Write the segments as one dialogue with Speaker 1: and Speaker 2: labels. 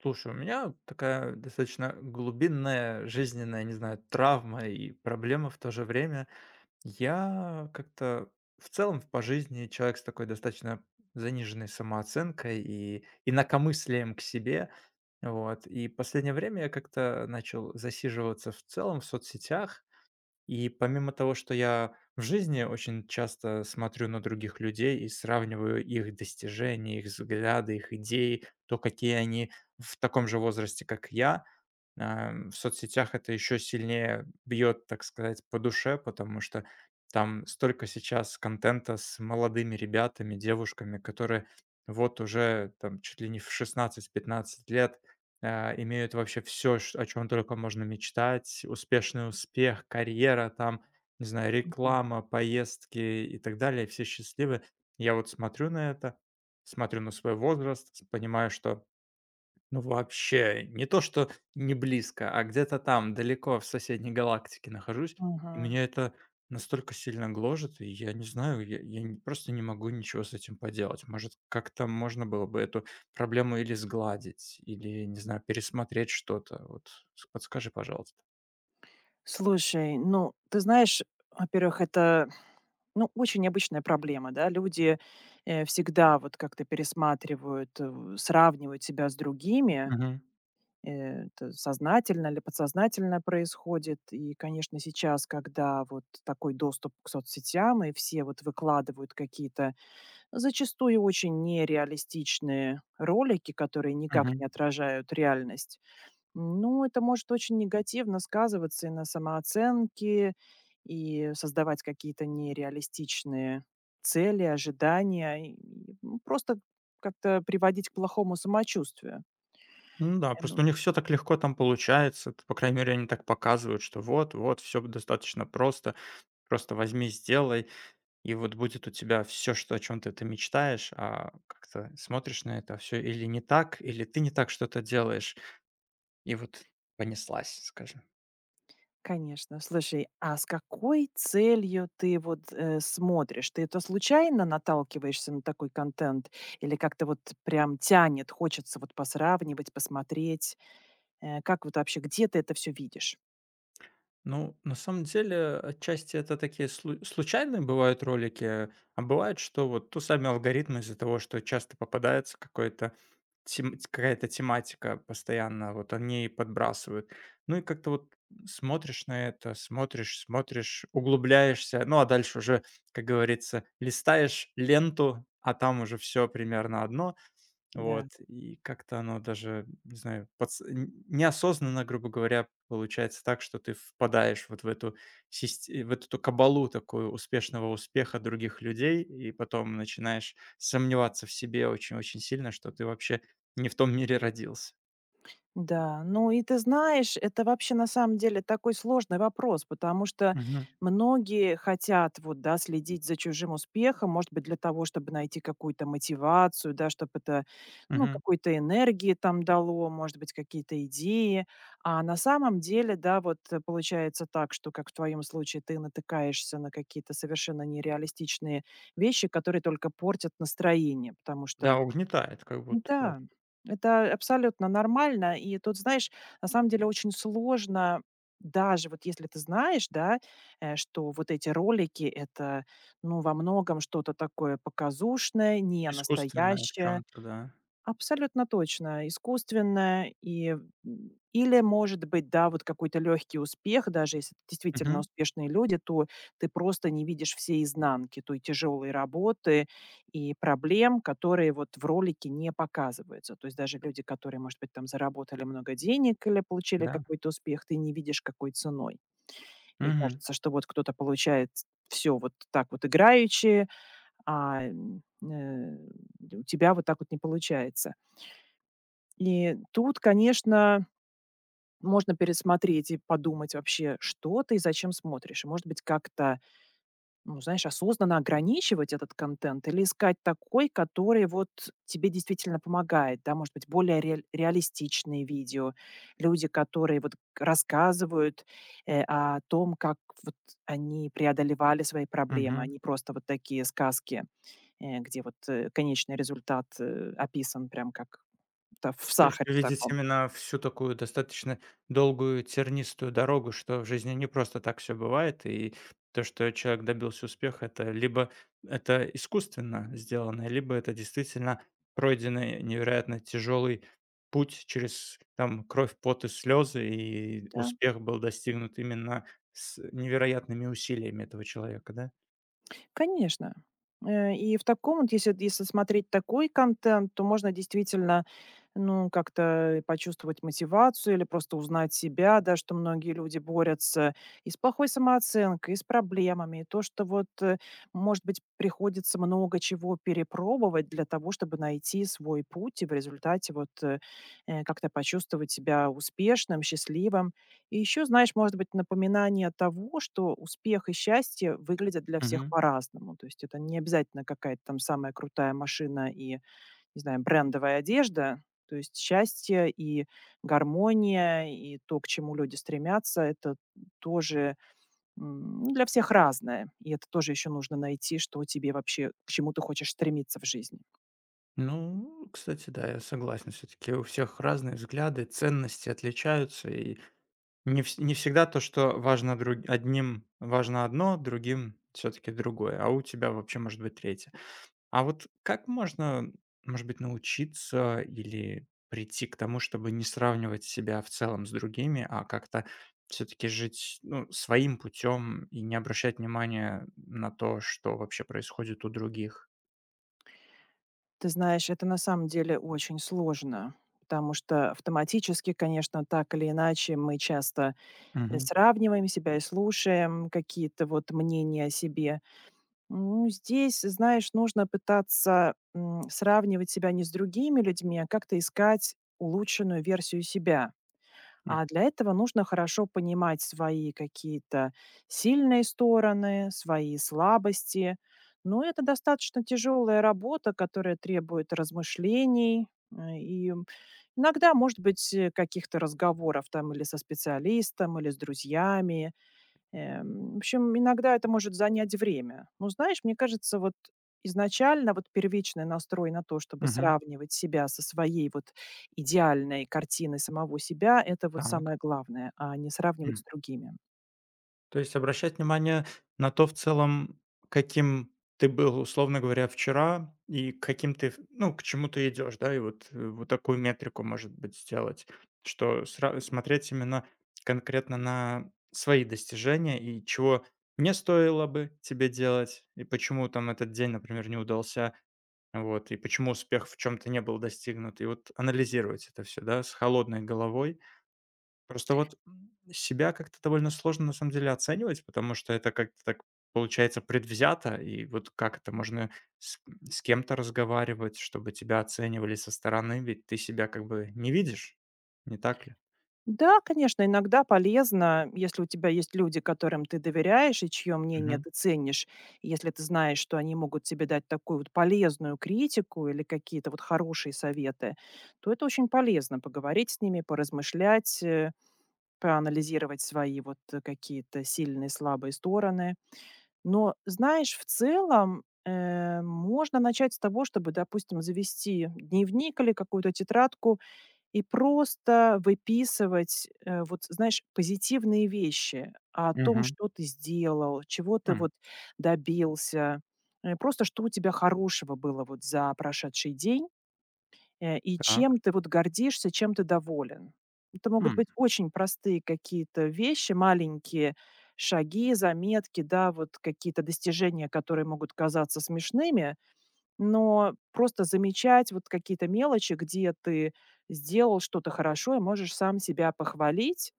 Speaker 1: Слушай, у меня такая достаточно глубинная жизненная, не знаю, травма и проблема в то же время. Я как-то в целом по жизни человек с такой достаточно заниженной самооценкой и инакомыслием к себе. Вот. И последнее время я как-то начал засиживаться в целом в соцсетях, и помимо того, что я в жизни очень часто смотрю на других людей и сравниваю их достижения, их взгляды, их идеи, то, какие они в таком же возрасте, как я, в соцсетях это еще сильнее бьет, так сказать, по душе, потому что там столько сейчас контента с молодыми ребятами, девушками, которые вот уже там чуть ли не в 16-15 лет имеют вообще все, о чем только можно мечтать, успешный успех, карьера там, не знаю,
Speaker 2: М,
Speaker 1: реклама, поездки и так далее, все счастливы. Я вот смотрю на это, смотрю на свой возраст, понимаю, что ну, вообще, не то что не близко, а где-то там, далеко, в соседней галактике нахожусь, и
Speaker 2: мгм.
Speaker 1: меня это настолько сильно гложет, и я не знаю, я не- просто не могу ничего с этим поделать. Может, как-то можно было бы эту проблему или сгладить, или, не знаю, пересмотреть что-то. Вот, подскажи, пожалуйста.
Speaker 2: Слушай, ну, ты знаешь, во-первых, это, ну, очень необычная проблема, да. Люди, всегда вот как-то пересматривают, сравнивают себя с другими.
Speaker 1: Мгм.
Speaker 2: Э, это сознательно или подсознательно происходит. И, конечно, сейчас, когда вот такой доступ к соцсетям, и все вот выкладывают какие-то зачастую очень нереалистичные ролики, которые никак
Speaker 1: Мгм.
Speaker 2: не отражают реальность. Ну, это может очень негативно сказываться и на самооценке, и создавать какие-то нереалистичные цели, ожидания, и, ну, просто как-то приводить к плохому самочувствию.
Speaker 1: Ну да,
Speaker 2: Ну,
Speaker 1: просто у них все так легко там получается. По крайней мере, они так показывают, что вот, вот, все достаточно просто. Просто возьми, сделай. И вот будет у тебя все, что о чем ты мечтаешь, а как-то смотришь на это все, или не так, или ты не так что-то делаешь, и вот понеслась, скажем.
Speaker 2: конечно. Слушай, а с какой целью ты вот смотришь? Ты это случайно наталкиваешься на такой контент? Или как-то вот прям тянет, хочется вот посравнивать, посмотреть? Э, как вот вообще, где ты это все видишь?
Speaker 1: Ну, на самом деле, отчасти это такие случайные бывают ролики, а бывает, что вот то сами алгоритмы из-за того, что часто попадается какой-то какая-то тематика постоянно, вот они и подбрасывают. Ну и как-то вот смотришь на это, смотришь, смотришь, углубляешься, ну а дальше уже, как говорится, листаешь ленту, а там уже все примерно одно,
Speaker 2: Да.
Speaker 1: вот, и как-то оно даже, не знаю, неосознанно, грубо говоря, получается так, что ты впадаешь вот в эту, в эту ту кабалу такую успешного успеха других людей, и потом начинаешь сомневаться в себе очень-очень сильно, что ты вообще не в том мире родился.
Speaker 2: Да, ну и ты знаешь, это вообще на самом деле такой сложный вопрос, потому что
Speaker 1: Мгм.
Speaker 2: многие хотят вот, да, следить за чужим успехом, может быть, для того, чтобы найти какую-то мотивацию, да, чтобы это, ну,
Speaker 1: Мгм.
Speaker 2: какой-то энергии там дало, может быть, какие-то идеи. А на самом деле, да, вот получается так, что, как в твоем случае, ты натыкаешься на какие-то совершенно нереалистичные вещи, которые только портят настроение, потому что
Speaker 1: Да, угнетает как будто
Speaker 2: да,
Speaker 1: просто.
Speaker 2: это абсолютно нормально. И тут, знаешь, на самом деле очень сложно, даже вот если ты знаешь, да, что вот эти ролики- это, ну, во многом что-то такое показушное, не
Speaker 1: Искусственное в
Speaker 2: настоящее.
Speaker 1: чем-то, да.
Speaker 2: Абсолютно точно. Искусственное и, или, может быть, да, вот какой-то легкий успех, даже если это действительно
Speaker 1: Мгм.
Speaker 2: успешные люди, то ты просто не видишь всей изнанки той тяжелой работы и проблем, которые вот в ролике не показываются. То есть даже люди, которые, может быть, там заработали много денег или получили
Speaker 1: Да.
Speaker 2: какой-то успех, ты не видишь какой ценой. И
Speaker 1: Мгм.
Speaker 2: кажется, что вот кто-то получает все вот так вот играючи, а у тебя вот так вот не получается. И тут, конечно, можно пересмотреть и подумать вообще, что ты и зачем смотришь. И, может быть, как-то, ну, знаешь, осознанно ограничивать этот контент или искать такой, который вот тебе действительно помогает, да, может быть, более реалистичные видео, люди, которые вот рассказывают о том, как вот они преодолевали свои проблемы,
Speaker 1: Мгм.
Speaker 2: они просто вот такие сказки, где вот конечный результат описан прям как в
Speaker 1: То есть
Speaker 2: сахаре
Speaker 1: вы
Speaker 2: в
Speaker 1: видите
Speaker 2: таком.
Speaker 1: именно всю такую достаточно долгую тернистую дорогу, что в жизни не просто так все бывает, и то, что человек добился успеха, это либо это искусственно сделано, либо это действительно пройденный невероятно тяжелый путь через там кровь, пот и слезы, и
Speaker 2: Да.
Speaker 1: успех был достигнут именно с невероятными усилиями этого человека, да?
Speaker 2: Конечно. И в таком вот, если смотреть такой контент, то можно действительно, ну, как-то и почувствовать мотивацию или просто узнать себя, да, что многие люди борются и с плохой самооценкой, и с проблемами, и то, что вот, может быть, приходится много чего перепробовать для того, чтобы найти свой путь и в результате вот, как-то почувствовать себя успешным, счастливым. И еще, знаешь, может быть, напоминание того, что успех и счастье выглядят для всех
Speaker 1: Мгм.
Speaker 2: по-разному. То есть это не обязательно какая-то там самая крутая машина и, не знаю, брендовая одежда. То есть счастье и гармония, и то, к чему люди стремятся, это тоже ну, для всех разное. И это тоже еще нужно найти, что тебе вообще, к чему ты хочешь стремиться в жизни.
Speaker 1: Ну, кстати, да, я согласен. Все-таки у всех разные взгляды, ценности отличаются, и Не вс не всегда то, что важно друг одним важно одно, другим все таки другое, а у тебя вообще может быть третье. А вот как можно, может быть, научиться или прийти к тому, чтобы не сравнивать себя в целом с другими, а как-то все таки жить, ну, своим путем и не обращать внимания на то, что вообще происходит у других?
Speaker 2: Ты знаешь, это на самом деле очень сложно, потому что автоматически, конечно, так или иначе мы часто
Speaker 1: Угу.
Speaker 2: сравниваем себя и слушаем какие-то вот мнения о себе. Ну, здесь, знаешь, нужно пытаться, сравнивать себя не с другими людьми, а как-то искать улучшенную версию себя.
Speaker 1: Угу.
Speaker 2: А для этого нужно хорошо понимать свои какие-то сильные стороны, свои слабости. Но это достаточно тяжелая работа, которая требует размышлений и иногда, может быть, каких-то разговоров там или со специалистом, или с друзьями. В общем, иногда это может занять время. Но знаешь, мне кажется, вот изначально вот первичный настрой на то, чтобы сравнивать себя со своей вот идеальной картиной самого себя, это вот
Speaker 1: Так.
Speaker 2: самое главное, а не сравнивать с другими.
Speaker 1: То есть обращать внимание на то, в целом, каким ты был, условно говоря, вчера, и к каким ты, ну, к чему ты идешь, да, и вот, вот такую метрику, может быть, сделать, что смотреть именно конкретно на свои достижения и чего не стоило бы тебе делать, и почему там этот день, например, не удался, вот, и почему успех в чем-то не был достигнут, и вот анализировать это все, да, с холодной головой. Просто вот, себя как-то довольно сложно на самом деле оценивать, потому что это как-то так получается предвзято, и вот как это можно с с кем-то разговаривать, чтобы тебя оценивали со стороны, ведь ты себя как бы не видишь, не так ли?
Speaker 2: Да, конечно, иногда полезно, если у тебя есть люди, которым ты доверяешь и чье мнение
Speaker 1: Угу.
Speaker 2: ты ценишь, и если ты знаешь, что они могут тебе дать такую вот полезную критику или какие-то вот хорошие советы, то это очень полезно поговорить с ними, поразмышлять, проанализировать свои вот, какие-то сильные, слабые стороны. Но, знаешь, в целом, можно начать с того, чтобы, допустим, завести дневник или какую-то тетрадку и просто выписывать, вот, знаешь, позитивные вещи о том,
Speaker 1: Мгм.
Speaker 2: что ты сделал, чего ты вот добился, просто что у тебя хорошего было вот за прошедший день. И
Speaker 1: Так.
Speaker 2: чем ты вот гордишься, чем ты доволен. Это могут
Speaker 1: М,
Speaker 2: быть очень простые какие-то вещи, маленькие шаги, заметки, да, вот какие-то достижения, которые могут казаться смешными, но просто замечать вот какие-то мелочи, где ты сделал что-то хорошо и можешь сам себя похвалить,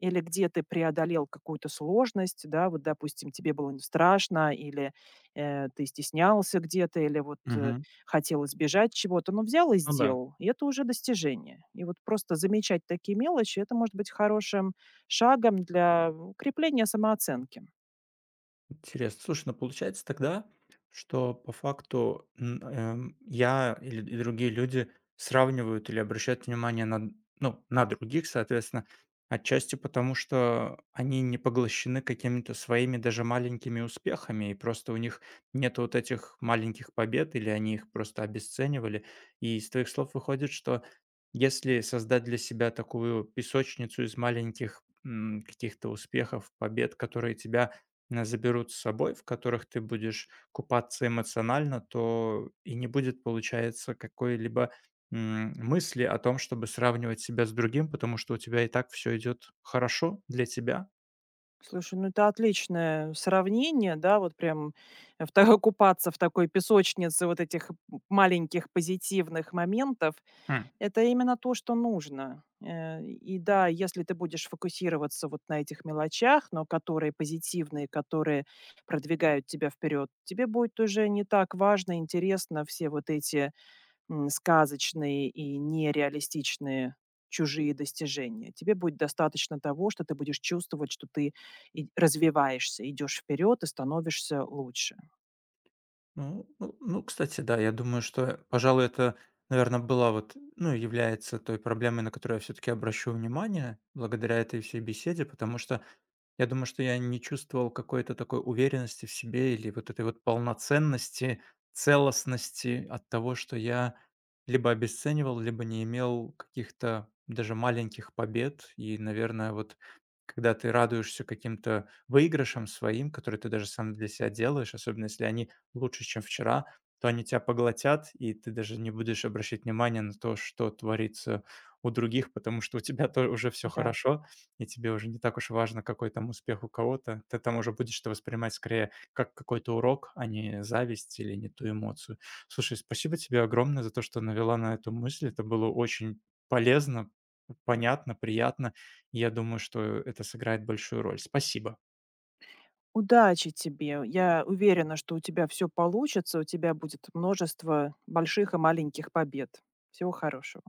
Speaker 2: или где ты преодолел какую-то сложность, да, вот, допустим, тебе было н страшно, или, ты стеснялся где-то, или вот,
Speaker 1: мгм.
Speaker 2: хотел избежать чего-то, но взял и
Speaker 1: Ну да.
Speaker 2: сделал. И это уже достижение. И вот просто замечать такие мелочи- это может быть хорошим шагом для укрепления самооценки.
Speaker 1: Интересно. Слушай, ну получается тогда, что по факту я или и другие люди сравнивают или обращают внимание на, ну, на других, соответственно, отчасти потому, что они не поглощены какими-то своими даже маленькими успехами, и просто у них нет вот этих маленьких побед, или они их просто обесценивали. И из твоих слов выходит, что если создать для себя такую песочницу из маленьких каких-то успехов, побед, которые тебя заберут с собой, в которых ты будешь купаться эмоционально, то и не будет, получается, какой-либо мысли о том, чтобы сравнивать себя с другим, потому что у тебя и так все идет хорошо для тебя.
Speaker 2: Слушай, ну это отличное сравнение, да, вот прям в та купаться в такой песочнице вот этих маленьких позитивных моментов.
Speaker 1: Хм.
Speaker 2: Это именно то, что нужно. И да, если ты будешь фокусироваться вот на этих мелочах, но которые позитивные, которые продвигают тебя вперед, тебе будет уже не так важно, интересно все вот эти сказочные и нереалистичные чужие достижения. Тебе будет достаточно того, что ты будешь чувствовать, что ты развиваешься, идешь вперед и становишься лучше.
Speaker 1: Ну, ну, ну, кстати, да, я думаю, что, пожалуй, это, наверное, была вот, ну, является той проблемой, на которую я все-таки обращу внимание благодаря этой всей беседе, потому что я думаю, что я не чувствовал какой-то такой уверенности в себе или вот этой вот полноценности, целостности от того, что я либо обесценивал, либо не имел каких-то даже маленьких побед. И, наверное, вот когда ты радуешься каким-то выигрышам своим, которые ты даже сам для себя делаешь, особенно если они лучше, чем вчера, то они тебя поглотят, и ты даже не будешь обращать внимания на то, что творится у других, потому что у тебя тоже уже все
Speaker 2: Да.
Speaker 1: хорошо, и тебе уже не так уж важно, какой там успех у кого-то. Ты там уже будешь это воспринимать скорее как какой-то урок, а не зависть или не ту эмоцию. Слушай, спасибо тебе огромное за то, что навела на эту мысль. Это было очень полезно, понятно, приятно. Я думаю, что это сыграет большую роль. Спасибо.
Speaker 2: Удачи тебе. Я уверена, что у тебя все получится, у тебя будет множество больших и маленьких побед. Всего хорошего.